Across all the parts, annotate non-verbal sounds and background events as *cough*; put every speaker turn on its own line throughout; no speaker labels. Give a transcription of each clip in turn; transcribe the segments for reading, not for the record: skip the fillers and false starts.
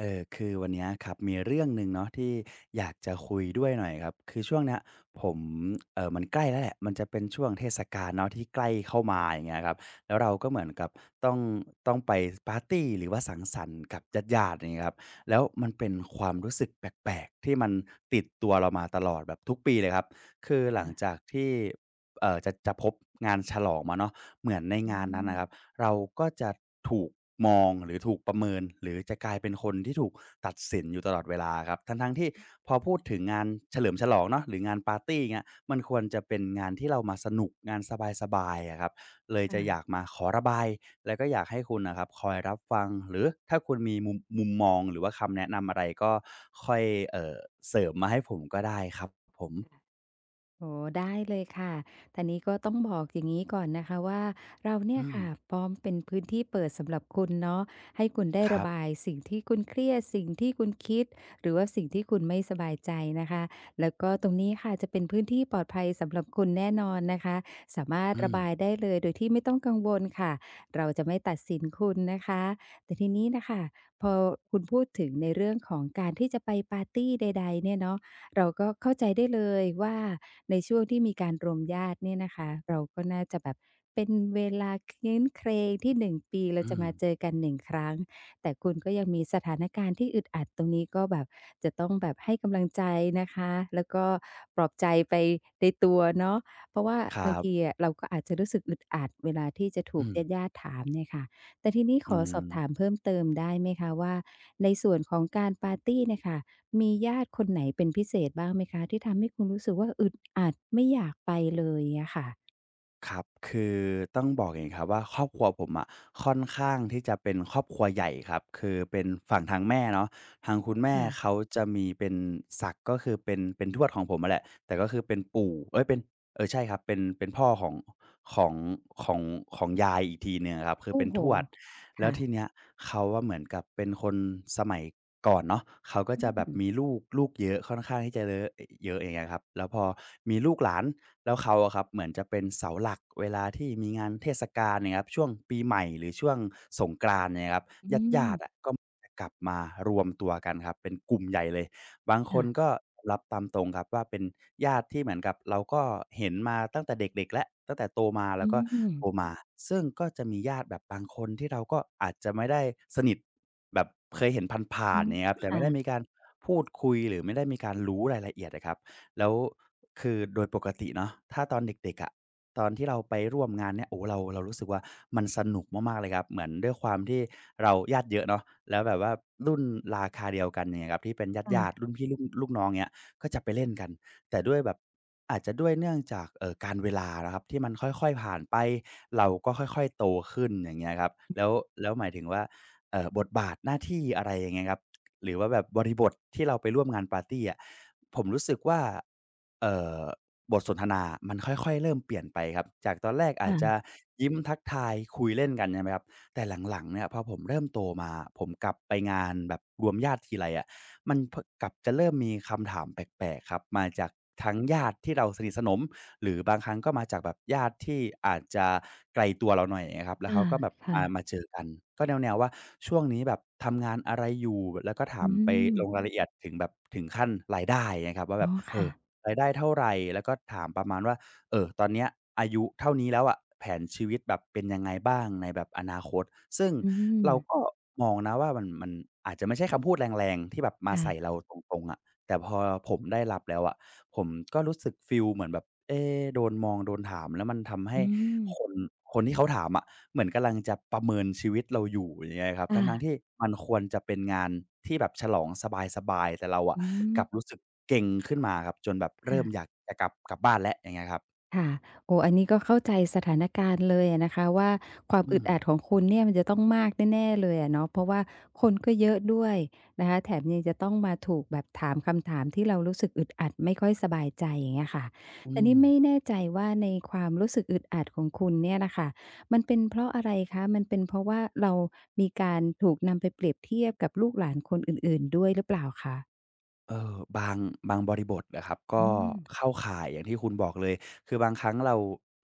คือวันเนี้ยครับมีเรื่องหนึ่งเนาะที่อยากจะคุยด้วยหน่อยครับคือช่วงเนี้ยผมมันใกล้แล้วแหละมันจะเป็นช่วงเทศกาลเนาะที่ใกล้เข้ามาอย่างเงี้ยครับแล้วเราก็เหมือนกับต้องต้องไปปาร์ตีหรือว่าสังสรรค์กับญาติๆอย่างเงี้ยครับแล้วมันเป็นความรู้สึกแปลกๆที่มันติดตัวเรามาตลอดแบบทุกปีเลยครับคือหลัง
ค่ะ
จากที่จะพบงานฉลองมาเนาะเหมือนใน
อื
งานนั้น
ม
นะครับ เราก็จะถูกมองหรือถูกประเมินหรือจะกลายเป็นคนที่ถูกตัดสินอยู่ตลอดเวลาครับทั้งๆทที่พอพูดถึงงานเฉลิมฉลองเนาะหรืองานปาร์ตีเงี้ยมันควรจะเป็นงานที่เรามาสนุกงานสบายๆอะครับเลยจะ
ค่ะ
อยากมาขอระบายแล้วก็อยากให้คุณนะครับคอยรับฟังหรือถ้าคุณมีมุมมองหรือว่าคำแนะนำอะไรก็ค่อยเอ่อเสริมมาให้ผมก็ได้ครับผม
โอ๋ได้เลยค่ะทางนี้ก็ต้องบอกอย่างนี้ก่อนนะคะว่าเราเนี่ย
อืม
ค่ะพร้อมเป็นพื้นที่เปิดสำหรับคุณเนาะให้คุณได้
ค
ระ
รั
บา
บ
ยสิ่งที่คุณเครียดสิ่งที่คุณคิดหรือว่าสิ่งที่คุณไม่สบายใจนะคะแล้วก็ตรงนี้ค่ะจะเป็นพื้นที่ปลอดภัยสำหรับคุณแน่นอนนะคะสามารถ
อื
ระ
ม
บายได้เลยโดยที่ไม่ต้องกังวลค่ะเราจะไม่ตัดสินคุณนะคะแต่ทีนี้นะคะพอคุณพูดถึงในเรื่องของการที่จะไปปาร์ตีใดๆเนี่ยเนาะเราก็เข้าใจได้เลยว่า ในช่วงที่มีการรวมญาติเนี่ยนะคะเราก็น่าจะแบบเป็นเวลาเคร้นเครงที่1ปีเรา
อื
จะ
ม
มาเจอกันหนึ่งครั้งแต่คุณก็ยังมีสถานการณ์ที่อึดอัดตรงนี้ก็แบบจะต้องแบบให้กำลังใจนะคะแล้วก็ปลอบใจไปในตัวเนาะเพราะว่า
ครั
บางที
บ
อะเราก็อาจจะรู้สึกอึดอัดเวลาที่จะถู
อื
ก
ม
ญาติๆถามเนี่ยค่ะแต่ทีนี้ข
อื
อส
ม
อบถามเพิ่มเติมได้ไหมคะว่าในส่วนของการปาร์ตีเนี่ยค่ะ มีญาติคนไหนเป็นพิเศษบ้างไหมคะที่ทำให้คุณรู้สึกว่าอึดอัดไม่อยากไปเลยอะค่ะ
ครับคือต้องบอกอย่างนี้ครับว่าครอบครัวผมอะค่อนข้างที่จะเป็นครอบครัวใหญ่ครับคือเป็นฝั่งทางแม่เนาะทางคุณแม่
ค่ะ
เขาจะมีเป็นศักดิ์ก็คือเป็นทวดของผมมาแหละแต่ก็คือเป็นปู่เอ้ยเป็นเออใช่ครับเป็นพ่อของของของของยายอีกทีหนึ่งอครับคือ
โอ้
เป็น
โฮ
ทวด แล้ว
ค่ะ
ทีเนี้ยเขาว่าเหมือนกับเป็นคนสมัยก่อนเนาะเขาก็
อื
จะแบบ
ม
มีลูกเยอะค่อนข้างที่จะเลอะเยอะอย่างเงี้ยครับแล้วพอมีลูกหลานแล้วเขาอะครับเหมือนจะเป็นเสาหลักเวลาที่มีงานเทศกาลเนี่ยครับช่วงปีใหม่หรือช่วงสงกรานต์เนี่ยครับ
อื
ญาติ
ม
ญาตะก็จะกลับมารวมตัวกันครับเป็นกลุ่มใหญ่เลย บางคน
ค่ะ
ก็รับตามตรงครับว่าเป็นญาติที่เหมือนกับเราก็เห็นมาตั้งแต่เด็กๆแล้วตั้งแต่โตมาแล้
อื
วก็
ม
โตมาซึ่งก็จะมีญาติแบบบางคนที่เราก็อาจจะไม่ได้สนิทแบบเคยเห็นผ่า
อ๋อ
นๆอย่างเงี้ยครับแต่ไม่ได้มี
ค่ะ
การพูดคุยหรือไม่ได้มีการรู้รายละเอียดอะครับ แล้วคือโดยปกติเนาะถ้าตอนเด็กๆอะตอนที่เราไปร่วมงานเนี่ยโอ้เรารู้สึกว่ามันสนุกมากๆเลยครับเหมือนด้วยความที่เราญาติเยอะเนาะแล้วแบบว่ารุ่นราคาเดียวกันเนี่ยครับที่เป็นญาติ
ค่
ญาติ
ะ
รุ่นพี่รุ่นลูกน้องเนี่ยก็จะไปเล่นกันแต่ด้วยแบบอาจจะด้วยเนื่องจากการเวลานะครับที่มันค่อยๆผ่านไปเราก็ค่อยๆโตขึ้นอย่างเงี้ยครับแล้วหมายถึงว่าบทบาทหน้าที่อะไรอย่างเงี้ยครับ หรือว่าแบบบริบทที่เราไปร่วมงานปาร์ตีอะผมรู้สึกว่าเอ่อบทสนทนามันค่อยๆเริ่มเปลี่ยนไปครับจากตอนแรกอาจจะ
ค่ะ
ยิ้มทักทายคุยเล่นกันใช่ไหมครับแต่หลังๆเนี่ยพอผมเริ่มโตมาผมกลับไปงานแบบรวมญาติทีไรอะ มันพะกลับจะเริ่มมีคำถามแปลกๆครับมาจากทั้งญาติที่เราสนิทสนมหรือบางครั้งก็มาจากแบบญาติที่อาจจะไกลตัวเราหน่อยอย่างเงี้ยครับแล้วเขา
ค่ะ
ก็แบบ
ค่ะ
มาเจอกันก็แนวๆว่าช่วงนี้แบบทำงานอะไรอยู่แล้วก็ถา
อื
มไป
ม
ลงรายละเอียดถึงแบบถึงขั้นรายได้เงี้ยครับว่า
อ๋
แบ
อ
บเอ
ค่ะ
อรายได้เท่าไรแล้วก็ถามประมาณว่า เออตอนเนี้ยอายุเท่านี้แล้วอะแผนชีวิตแบบเป็นยังไงบ้างในแบบอนาคตซึ่ง
อืม
เราก็มองนะว่ามันอาจจะไม่ใช่คำพูดแรงๆที่แบบมาใส่
ค่ะ
เราตรงๆอะแต่พอผมได้รับแล้วอะผมก็รู้สึกฟีลเหมือนแบบเอ๊โดนมองโดนถามแล้วมันทำ
อื
ให้
ม
คนคนที่เขาถามอะเหมือนกำลังจะประเมินชีวิตเราอยู่อย่างเงี้ยครับ
ค่ะ
ทั้งๆที่มันควรจะเป็นงานที่แบบฉลองสบายๆแต่เราอะ
อืม
กลับรู้สึกเกร็งขึ้นมาครับจนแบบเริ่
ค่ะ
มอยากจะกลับบ้านแล้วอย่างเงี้ยครับ
ค่ะโอ้อันนี้ก็เข้าใจสถานการณ์เลยอะนะคะว่าความ
อื
อึด
ม
อัดของคุณเนี่ยมันจะต้องมากแน่ๆเลยอะเนาะเพราะว่าคนก็เยอะด้วยนะคะแถมยังจะต้องมาถูกแบบถามคำถามที่เรารู้สึกอึดอัดไม่ค่อยสบายใจอย่างเงี้ยค่ะ
อื
แต่
ม
นี่ไม่แน่ใจว่าในความรู้สึกอึดอัดของคุณเนี่ยน่ะค่ะมันเป็นเพราะอะไรคะมันเป็นเพราะว่าเรามีการถูกนำไปเปรียบเทียบกับลูกหลานคนอื่นๆด้วยหรือเปล่าคะ
เออบางบริบทอะครับก็
อืม
เข้าข่ายอย่างที่คุณบอกเลยคือบางครั้งเรา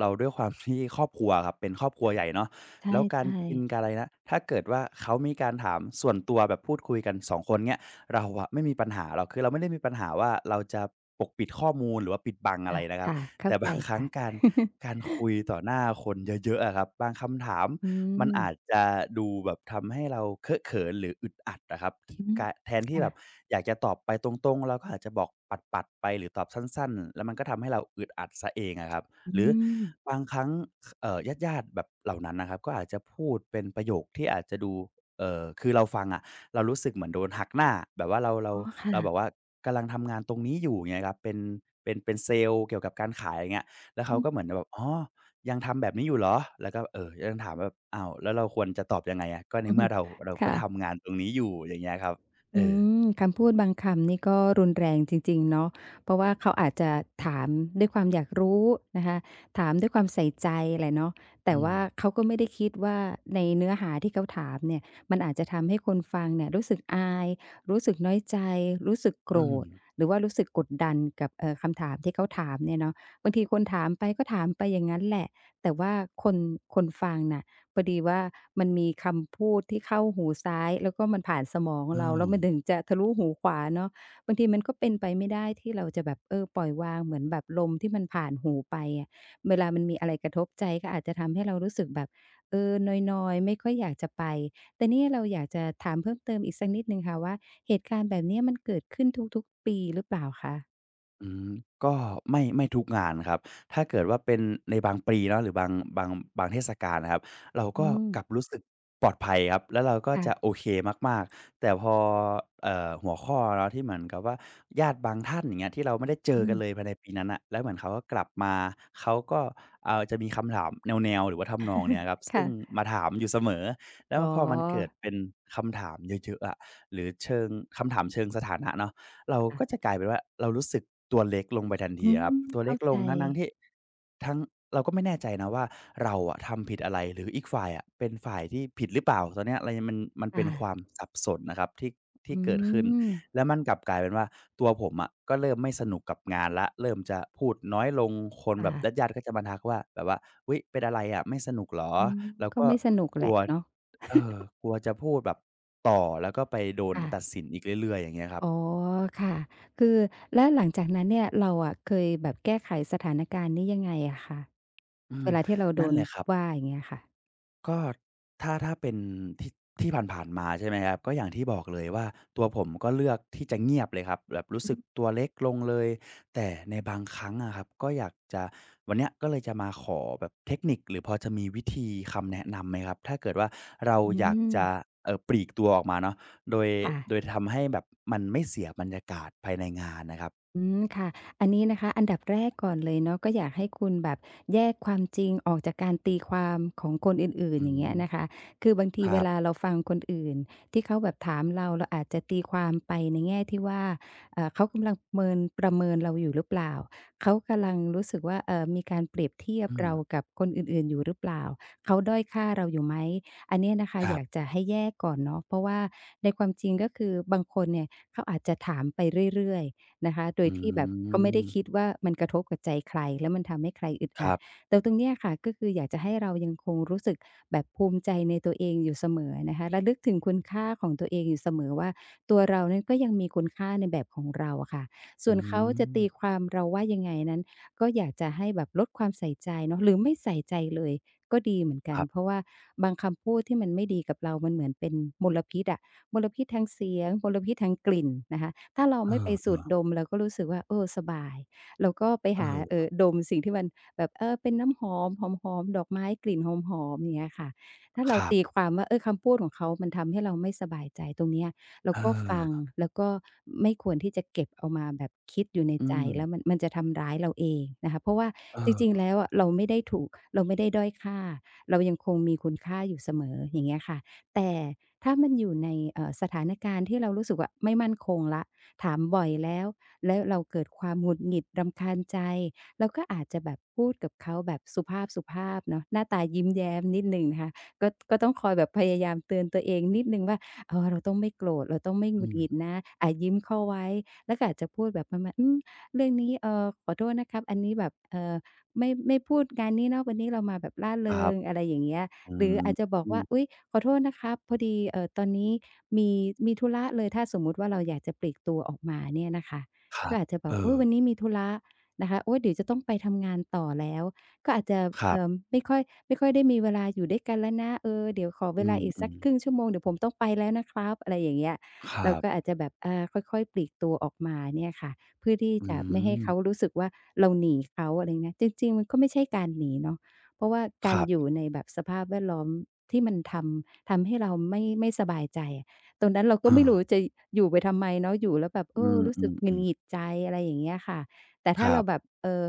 เราด้วยความที่ครอบครัวอะครับเป็นครอบครัวใหญ่เนาะ
ใช
แล้วการ
่
กินการ
ๆ
อะไรนะถ้าเกิดว่าเขามีการถามส่วนตัวแบบพูดคุยกันสองคนเงี้ยเราอะไม่มีปัญหาหรอกคือเราไม่ได้มีปัญหาว่าเราจะปกปิดข้อมูลหรือว่าปิดบังอะไรนะครับ
ค่ะค่ะเข้า
แต่
ใจ
บางครั้ง
ค่ะ
การ
*laughs*
การคุยต่อหน้าคนเยอะๆอะครับบางคำถาม
อื
มันอาจ
ม
จะดูแบบทำให้เราเคอะเขินหรืออึดอัดนะครับ
อืม
กะแทนที่แบบ
ค่ะ
อยากจะตอบไปตรงๆเราก็อาจจะบอกปัดๆไปหรือตอบสั้นๆแล้วมันก็ทำให้เราอึดอัดเสียเองอะครับ
อื
หรือ
ม
บางครั้งคเอ่อญาติๆแบบเหล่านั้นนะครับก็อาจจะพูดเป็นประโยคที่อาจจะดูคือเราฟังอะเรารู้สึกเหมือนโดนหักหน้าแบบว่าเราเรา
อ๋อค่ะ
เรา
*laughs*
แบบว่ากำลังทำงานตรงนี้อยู่อย่างเงี้ยครับเป็นเซลส์เกี่ยวกับการขายอย่างเงี้ยแล้วเขา
อื
ก็เหมือนแบบอ๋อ ยังทำแบบนี้อยู่เหรอ แล้วก็ยังถามแบบอ้าวแล้วเราควรจะตอบยังไงอะก็ใน
ม
เมื่อเราก็
ค่ะ
ทำงานตรงนี้อยู่อย่างเงี้ยครับเอ
อื
อ
มคำพูดบางคำนี่ก็รุนแรงจริงๆเนาะเพราะว่าเขาอาจจะถามด้วยความอยากรู้นะคะ ถามด้วยความใส่ใจแหละเนาะแต่
อืม
ว่าเขาก็ไม่ได้คิดว่าในเนื้อหาที่เขาถามเนี่ยมันอาจจะทำให้คนฟังเนี่ยรู้สึกอายรู้สึกน้อยใจ รู้สึกโกร
อืม
ธหรือว่ารู้สึกกดดันกับคำถามที่เขาถามเนี่ยเนาะบางทีคนถามไปก็ถามไปอย่างงั้นแหละแต่ว่าคนคนฟังน่ะ พอดีว่ามันมีคำพูดที่เข้าหูซ้ายแล้วก็มันผ่านสมอง
อ้อ
เราแล้วมันถึงจะทะลุหูขวาเนาะบางทีมันก็เป็นไปไม่ได้ที่เราจะแบบเออปล่อยวางเหมือนแบบลมที่มันผ่านหูไปอะเวลามันมีอะไรกระทบใจก็อาจจะทำให้เรารู้สึกแบบเออนอยๆไม่ค่อยอยากจะไปแต่นี่เราอยากจะถามเพิ่มเติมอีกสักนิดหนึ่งค่ะว่าเหตุการณ์แบบเนี้ยมันเกิดขึ้นทุกๆปีหรือเปล่าคะ
อืมก็ไม่ทุกงานครับถ้าเกิดว่าเป็นในบางปีเนาะหรือบางบางเทศกาลนะครับเรา
อื
ก็
ม
กลับรู้สึกปลอดภัยครับแล้วเราก็
ค่ะ
จะโอเคมากๆแต่พอหัวข้อเนาะที่เหมือนกับว่าญาติบางท่านอย่างเงี้ยที่เราไม่ได้เจอ
อื
กันเลย
ม
ภายในปีนั้นน่ะแล้วเหมือนเขาก็กลับมาเขาก็จะมีคำถามแนวๆหรือว่าทำนองเนี้ยครับซึ่ง
ค่ะ
มาถามอยู่เสมอแล้ว
อ๋
พอมันเกิด
อ
เป็นคำถามเยอะๆอะหรือเชิงคำถามเชิงสถานะเนาะ เราก็จะ
ค่ะ
กลายเป็นว่าเรารู้สึกตัวเล็กลงไปทัน
อื
ทีอะครับ
ม
ตัวเล็
เข้า
กล
ใจ
งทั้งๆที่ทั้งเราก็ไม่แน่ใจนะว่าเราอะทำผิดอะไรหรืออีกฝ่ายอะเป็นฝ่ายที่ผิดหรือเปล่าตอนเนี้ยอะไรมัน
ค
เป็นความ
่ะ
สับสนนะครับที่
อื
เกิดขึ้น
ม
แล้วมันกลับกลายเป็นว่าตัวผมอะก็เริ่มไม่สนุกกับงานแล้วเริ่มจะพูดน้อยลงคนแบบ
ค่ะ
ญาติๆก็จะมาทักว่าแบบว่าอุ๊ยเป็นอะไรอะไม่สนุกเหรอ
อืม
เรา
ก็
ก็
ไม่สนุก
ก
แห
ลั
ละ
ว
เนาะ
เออกลัวจะพูดแบบต่อแล้วก็ไปโดนตัด
ค่ะ
สินอีกเรื่อยๆอย่างเงี้ยครั
อ๋
บ
อค่ะคือแล้วหลังจากนั้นเนี่ยเราอะเคยแบบแก้ไขสถานการณ์นี้ยังไงอะคะ
อืม
เวลาที่เราโด
นั่น
น
แหละครับ
ว่าอย่างเงี้ยค่ะ
ก็ถ้าเป็นที่ที่ผ่านๆมาใช่ไหมครับก็อย่างที่บอกเลยว่าตัวผมก็เลือกที่จะเงียบเลยครับแบบรู้
อื
สึ
อ
กตัวเล็กลงเลยแต่ในบางครั้งอะครับก็อยากจะวันเนี้ยก็เลยจะมาขอแบบเทคนิคหรือพอจะมีวิธีคำแนะนำไหมครับถ้าเกิดว่าเรา
อื
อยาก
ม
จะปลีกตัวออกมาเนาะโดย
ค่ะ
โดยทำให้แบบมันไม่เสียบรรยากาศภายในงานนะครับ
อืมค่ะอันนี้นะคะอันดับแรกก่อนเลยเนาะก็อยากให้คุณแบบแยกความจริงออกจากการตีความของคนอื่น
อื
ๆอย่างเงี้
ม
ยนะคะคือบางที
ค
เว
รั
ลา
บ
เราฟังคนอื่นที่เขาแบบถามเราเราอาจจะตีความไปในแง่ที่ว่าเขากำลังเมินประเมินเราอยู่หรือเปล่าเขากำลังรู้สึกว่ามีการเปรียบเทียบ
อืม
เรากับคนอื่นๆอยู่หรือเปล่า เขาด้อยค่าเราอยู่ไหม อันเนี้ยนะคะ
ค
อ
รั
ยาก
บ
จะให้แยกก่อนเนาะเพราะว่าในความจริงก็คือบางคนเนี่ยเขาอาจจะถามไปเรื่อยๆ นะคะโดย
อื
ที่แบบก็ไม่ได้คิด
ม
ว่ามันกระทบกับใจใครแล้วมันทำให้ใครอึด
ค
อัด
รับ
แต่ตรงเนี้ยค่ะก็คืออยากจะให้เรายังคงรู้สึกแบบภูมิใจในตัวเองอยู่เสมอนะคะระลึกถึงคุณค่าของตัวเองอยู่เสมอว่าตัวเรานั้นก็ยังมีคุณค่าในแบบของเราอะค่ะส่
อื
วนเขาจะ
ม
ตีความเราว่ายังไงนั้นก็อยากจะให้แบบลดความใส่ใจเนาะหรือไม่ใส่ใจเลยก็ดีเหมือนกั
ค
น
รั
เพราะ
บ
ว่าบางคำพูดที่มันไม่ดีกับเรามันเหมือนเป็นมลพิษอะ มลพิษทางเสียงมลพิษทางกลิ่นนะคะถ้าเรา
เ
ไม่ไปสู
ออ
ดดมเราก็รู้สึกว่าเออสบายเราก็ไป
เอ
หา
อ
ดมสิ่งที่มันแบบเออเป็นน้ำหอมหอมๆดอกไม้กลิ่นหอมๆอย่างเงี้ยค่ะถ้า
ค
เรา
รั
ตี
บ
ความว่าเออคำพูดของเขามันทำให้เราไม่สบายใจตรงเนี้ยเรา
เ
ก็ฟัง
ออ
แล้วก็ไม่ควรที่จะเก็บเอามาแบบคิดอยู่ใน
อื
ใจ
ม
แล้วมันจะทำร้ายเราเองนะคะเพราะว่าจริง
เออ
ๆแล้วอะเราไม่ได้ถูกเราไม่ได้ด้อยค่าเรายังคงมีคุณค่าอยู่เสมออย่างเงี้ยค่ะแต่ ถ้ามันอยู่ในสถานการณ์ที่เรารู้สึกว่าไม่มั่นคงละถามบ่อยแล้วแล้วเราเกิดความหงุดหงิดรำคาญใจเราก็อาจจะแบบพูดกับเขาแบบสุภาพสุภาพเนาะหน้าตายิ้มแย้มนิดหนึ่งนะคะก็ต้องคอยแบบพยายามเตือนตัวเองนิดหนึ่งว่าเออเราต้องไม่โกรธเราต้องไม่ห
อื
งุดหงิด
ม
นะอ่ายิ้มเข้าไว้แล้วก็อาจจะพูดแบบประมาณอืมเรื่องนี้ขอโทษนะครับอันนี้แบบไม่พูดงานนี้เนาะวันนี้เรามาแบบร่า
ค
เริ
รับ
งอะไรอย่างเงี้ย
อื
หรื
ม
ออาจจะบอก
อืม
ว่าอุ๊ยขอโทษนะครับพอดีตอนนี้มีมีธุระเลยถ้าสมมุติว่าเราอยากจะปลีกตัวออกมาเนี่ยนะคะ
ครั
ก็
บ
อาจจะบอ
เอ
ก
อ
อุ๊ยวันนี้มีธุระนะคะโอ๊ยเดี๋ยวจะต้องไปทำงานต่อแล้วก็อาจจะ
ครั
เอ่อ
บ
ไม่ค่อยไม่ค่อยได้มีเวลาอยู่ด้วยกันแล้วนะเออเดี๋ยวขอ
อื
เวลา
ม
อีก
อื
สัก
ม
ครึ่งชั่วโมงเดี๋ยวผมต้องไปแล้วนะครับอะไรอย่างเงี้ย
ครั
เราก็
บ
อาจจะแบบอาค่อยๆปลีกตัวออกมาเนี่ยค่ะเพื่อที่
อื
จะไม่ให้เขา
ม
รู้สึกว่าเราหนีเขาอะไรเงี้ยจริงๆมันก็ไม่ใช่การหนีเนาะ เพราะว่า
ค
การ
รั
อยู่
บ
ในแบบสภาพแวดล้อมที่มันทำให้เราไม่สบายใจอะตรงนั้นเรา
เอ
ก็ไม่
อ
รู้จะอยู่ไปทำไมเนาะอยู่แล้วแบบเอ
อื
อรู้สึกหงุดห
ม
งิดใจอะไรอย่างเงี้ยค่ะแต่
ๆค
ถ้า
รั
เราแบ
บ
บ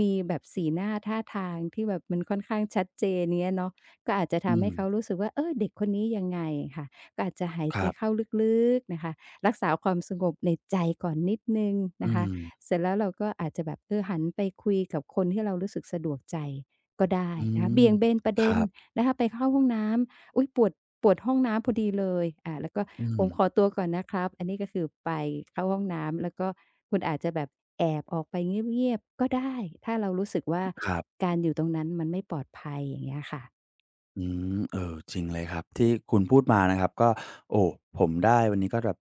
มีแบบสีหน้าท่าทางที่แบบมันค่อนข้างชัดเจนเงี้ยเนาะก็อาจจะ
อื
ทำ
ม
ให้เขารู้สึกว่าเออเด็กคนนี้ยังไงค่ะก็อาจจะหาย
ค
ใจ
รั
เข้า
บ
ลึกๆนะคะรักษาความสงบในใจก่อนนิดหนึ่งนะ
อื
คะ
ม
เสร็จแล้วเราก็อาจจะแบบเออหันไปคุยกับคนที่เรารู้สึกสะดวกใจ ก็ได้
อื
นะคะ
ม
เบี่ยงเบนประ
ค
เด็น
รับ
นะคะไปเข้าห้องน้ำอุ๊ยปวดปวดห้องน้ำพอดีเลยอ่าแล้วก็
อื
ผ
ม
มขอตัวก่อนนะครับอันนี้ก็คือไปเข้าห้องน้ำแล้วก็คุณอาจจะแบบแอบออกไปเงียบๆก็ได้ถ้าเรารู้สึกว่า
ครับ
การอยู่ตรงนั้นมันไม่ปลอดภัยอย่างเงี้ยค่ะ
อืมเออจริงเลยครับที่คุณพูดมานะครับก็โอ้ผมได้วันนี้ก็แบบ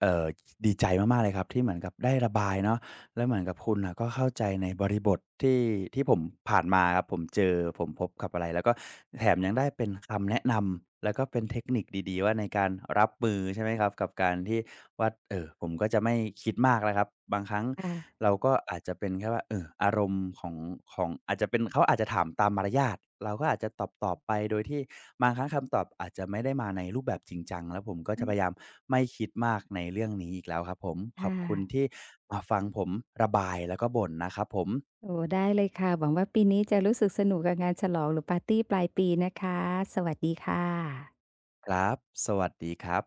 เอ่อดีใจมากๆเลยครับที่เหมือนกับได้ระบายเนาะแล้วเหมือนกับคุณน่ะก็เข้าใจในบริบทที่ที่ผมผ่านมาครับผมพบกับอะไรแล้วก็แถมยังได้เป็นคำแนะนำแล้วก็เป็นเทคนิคดีๆว่าในการรับมือใช่ไหมครับกับการที่ ว่าผมก็จะไม่คิดมากแล้วครับบางครั้ง
ค่ะ
เราก็อาจจะเป็นแค่ว่าอารมณ์ของอาจจะเป็นเขาอาจจะถามตามมารยาทเราก็อาจจะตอบไปโดยที่บางครั้งคำตอบอาจจะไม่ได้มาในรูปแบบจริงจังแล้วผมก็
อื
จะพยา
ม
ยามไม่คิดมากในเรื่องนี้อีกแล้วครับผมขอ
ค่
บคุณ
ะ
ที่มาฟังผมระบายแล้วก็บ่นนะครับผม
โอ้ได้เลยค่ะหวังว่าปีนี้จะรู้สึกสนุกกับงานฉลองหรือปาร์ตีปลายปีนะคะสวัสดีค่ะ
ครับสวัสดีครับ